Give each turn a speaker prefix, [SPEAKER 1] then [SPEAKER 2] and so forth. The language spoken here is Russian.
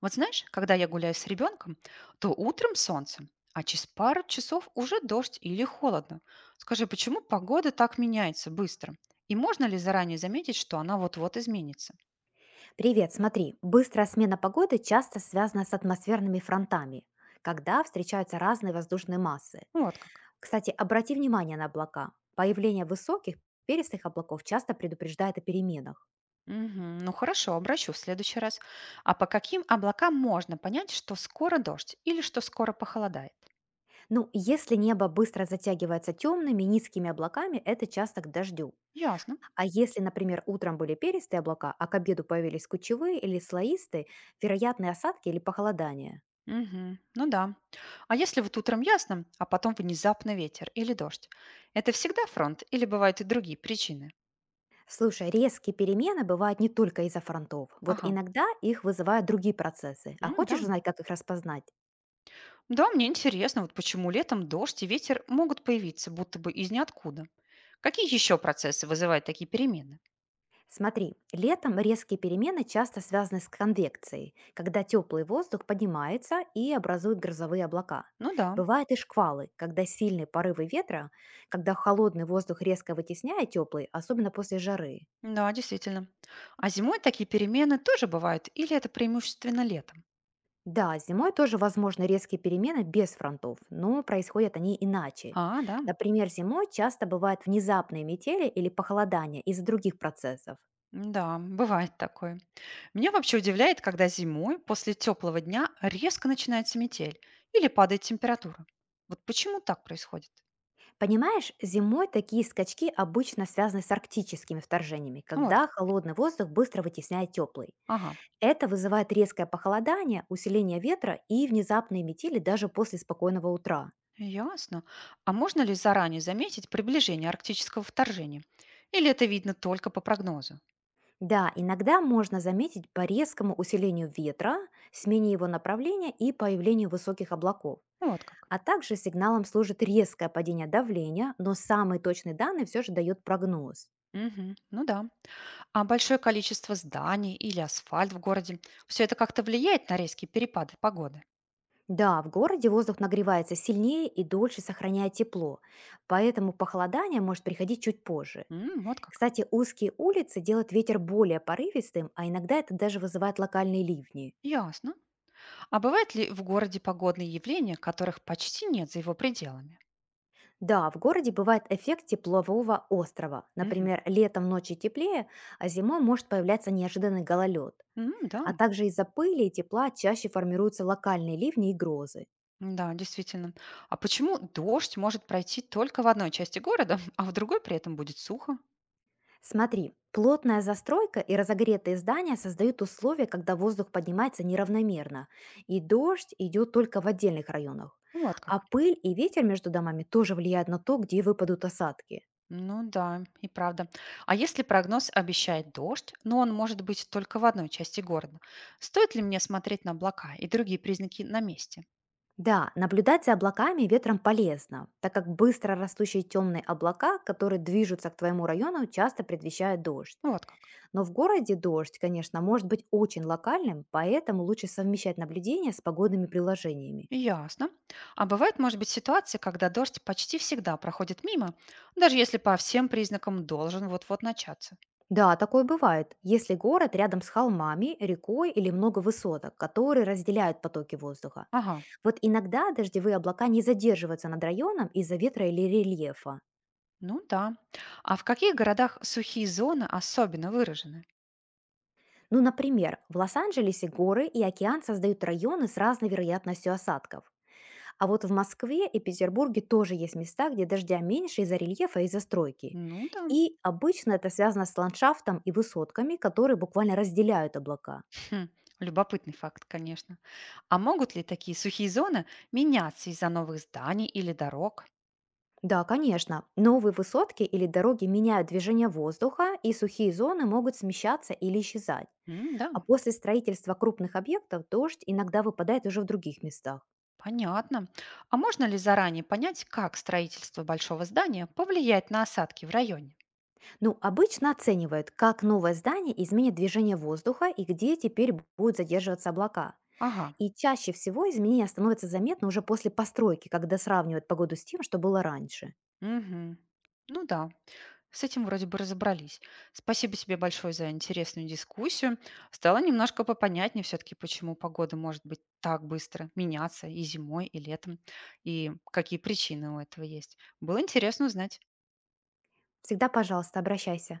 [SPEAKER 1] Вот знаешь, когда я гуляю с ребенком, то утром солнце, а через пару часов уже дождь или холодно. Скажи, почему погода так меняется быстро? И можно ли заранее заметить, что она вот-вот изменится?
[SPEAKER 2] Привет, смотри, быстрая смена погоды часто связана с атмосферными фронтами, когда встречаются разные воздушные массы.
[SPEAKER 1] Вот как.
[SPEAKER 2] Кстати, обрати внимание на облака. Появление высоких перистых облаков часто предупреждает о переменах.
[SPEAKER 1] Мгм. Ну хорошо, обращу в следующий раз. А по каким облакам можно понять, что скоро дождь или что скоро похолодает?
[SPEAKER 2] Ну, если небо быстро затягивается темными, низкими облаками, это часто к дождю.
[SPEAKER 1] Ясно.
[SPEAKER 2] А если, например, утром были перистые облака, а к обеду появились кучевые или слоистые, вероятны осадки или похолодания.
[SPEAKER 1] Мгм. Ну да. А если вот утром ясно, а потом внезапно ветер или дождь? Это всегда фронт или бывают и другие причины?
[SPEAKER 2] Слушай, резкие перемены бывают не только из-за фронтов. Вот
[SPEAKER 1] Ага.
[SPEAKER 2] иногда их вызывают другие процессы. А
[SPEAKER 1] М,
[SPEAKER 2] хочешь
[SPEAKER 1] да.
[SPEAKER 2] узнать, как их распознать?
[SPEAKER 1] Да, мне интересно, вот почему летом дождь и ветер могут появиться будто бы из ниоткуда. Какие еще процессы вызывают такие перемены?
[SPEAKER 2] Смотри, летом резкие перемены часто связаны с конвекцией, когда теплый воздух поднимается и образует грозовые облака.
[SPEAKER 1] Ну да,
[SPEAKER 2] Бывают и шквалы, когда сильные порывы ветра, когда холодный воздух резко вытесняет теплый, особенно после жары.
[SPEAKER 1] да, действительно. А зимой такие перемены тоже бывают, или это преимущественно летом?
[SPEAKER 2] Да, зимой тоже возможны резкие перемены без фронтов, но происходят они иначе.
[SPEAKER 1] А, да,
[SPEAKER 2] Например, зимой часто бывают внезапные метели или похолодания из-за других процессов.
[SPEAKER 1] да, бывает такое. Меня вообще удивляет, когда зимой после теплого дня резко начинается метель или падает температура. Вот почему так происходит?
[SPEAKER 2] Понимаешь, зимой такие скачки обычно связаны с арктическими вторжениями,
[SPEAKER 1] Вот
[SPEAKER 2] когда
[SPEAKER 1] как.
[SPEAKER 2] холодный воздух быстро вытесняет теплый.
[SPEAKER 1] Ага.
[SPEAKER 2] Это вызывает резкое похолодание, усиление ветра и внезапные метели даже после спокойного утра.
[SPEAKER 1] Ясно. А можно ли заранее заметить приближение арктического вторжения? Или это видно только по прогнозу?
[SPEAKER 2] Да, иногда можно заметить по резкому усилению ветра, смене его направления и появлению высоких облаков.
[SPEAKER 1] Вот как.
[SPEAKER 2] А также сигналом служит резкое падение давления, но самые точные данные все же дает прогноз.
[SPEAKER 1] Мгм. Ну да. А большое количество зданий или асфальт в городе, все это как-то влияет на резкие перепады погоды?
[SPEAKER 2] Да, в городе воздух нагревается сильнее и дольше сохраняет тепло, поэтому похолодание может приходить чуть позже.
[SPEAKER 1] М, вот как.
[SPEAKER 2] Кстати, узкие улицы делают ветер более порывистым, а иногда это даже вызывает локальные ливни.
[SPEAKER 1] Ясно. А бывают ли в городе погодные явления, которых почти нет за его пределами?
[SPEAKER 2] Да, в городе бывает эффект теплового острова.
[SPEAKER 1] Мгм.
[SPEAKER 2] Например, летом ночи теплее, а зимой может появляться неожиданный гололед.
[SPEAKER 1] М,
[SPEAKER 2] А
[SPEAKER 1] да.
[SPEAKER 2] также из-за пыли и тепла чаще формируются локальные ливни и грозы.
[SPEAKER 1] Да, действительно. А почему дождь может пройти только в одной части города, а в другой при этом будет сухо?
[SPEAKER 2] Смотри, плотная застройка и разогретые здания создают условия, когда воздух поднимается неравномерно, и дождь идет только в отдельных районах.
[SPEAKER 1] Вот
[SPEAKER 2] А
[SPEAKER 1] как.
[SPEAKER 2] пыль и ветер между домами тоже влияют на то, где выпадут осадки.
[SPEAKER 1] Ну да, и правда. А если прогноз обещает дождь, но он может быть только в одной части города, стоит ли мне смотреть на облака и другие признаки на месте?
[SPEAKER 2] Да, наблюдать за облаками и ветром полезно, так как быстро растущие темные облака, которые движутся к твоему району, часто предвещают дождь.
[SPEAKER 1] Ну, вот как.
[SPEAKER 2] Но в городе дождь, конечно, может быть очень локальным, поэтому лучше совмещать наблюдение с погодными приложениями.
[SPEAKER 1] Ясно. А бывает, может быть, ситуация, когда дождь почти всегда проходит мимо, даже если по всем признакам должен вот-вот начаться.
[SPEAKER 2] Да, такое бывает, если город рядом с холмами, рекой или много высоток, которые разделяют потоки воздуха.
[SPEAKER 1] Ага,
[SPEAKER 2] Вот иногда дождевые облака не задерживаются над районом из-за ветра или рельефа.
[SPEAKER 1] ну да. А в каких городах сухие зоны особенно выражены?
[SPEAKER 2] Ну, например, в Лос-Анджелесе горы и океан создают районы с разной вероятностью осадков. А вот в Москве и Петербурге тоже есть места, где дождя меньше из-за рельефа и застройки.
[SPEAKER 1] Ну да.
[SPEAKER 2] И обычно это связано с ландшафтом и высотками, которые буквально разделяют облака.
[SPEAKER 1] Хм, любопытный факт, конечно. А могут ли такие сухие зоны меняться из-за новых зданий или дорог?
[SPEAKER 2] Да, конечно. Новые высотки или дороги меняют движение воздуха, и сухие зоны могут смещаться или исчезать.
[SPEAKER 1] М, да,
[SPEAKER 2] А после строительства крупных объектов дождь иногда выпадает уже в других местах.
[SPEAKER 1] понятно. А можно ли заранее понять, как строительство большого здания повлияет на осадки в районе?
[SPEAKER 2] Ну, обычно оценивают, как новое здание изменит движение воздуха и где теперь будут задерживаться облака.
[SPEAKER 1] Ага.
[SPEAKER 2] И чаще всего изменения становятся заметны уже после постройки, когда сравнивают погоду с тем, что было раньше.
[SPEAKER 1] Мгм. Ну да, с этим вроде бы разобрались. Спасибо тебе большое за интересную дискуссию. Стало немножко попонятнее все-таки, почему погода может быть так быстро меняться и зимой, и летом, и какие причины у этого есть. Было интересно узнать.
[SPEAKER 2] Всегда, пожалуйста, обращайся.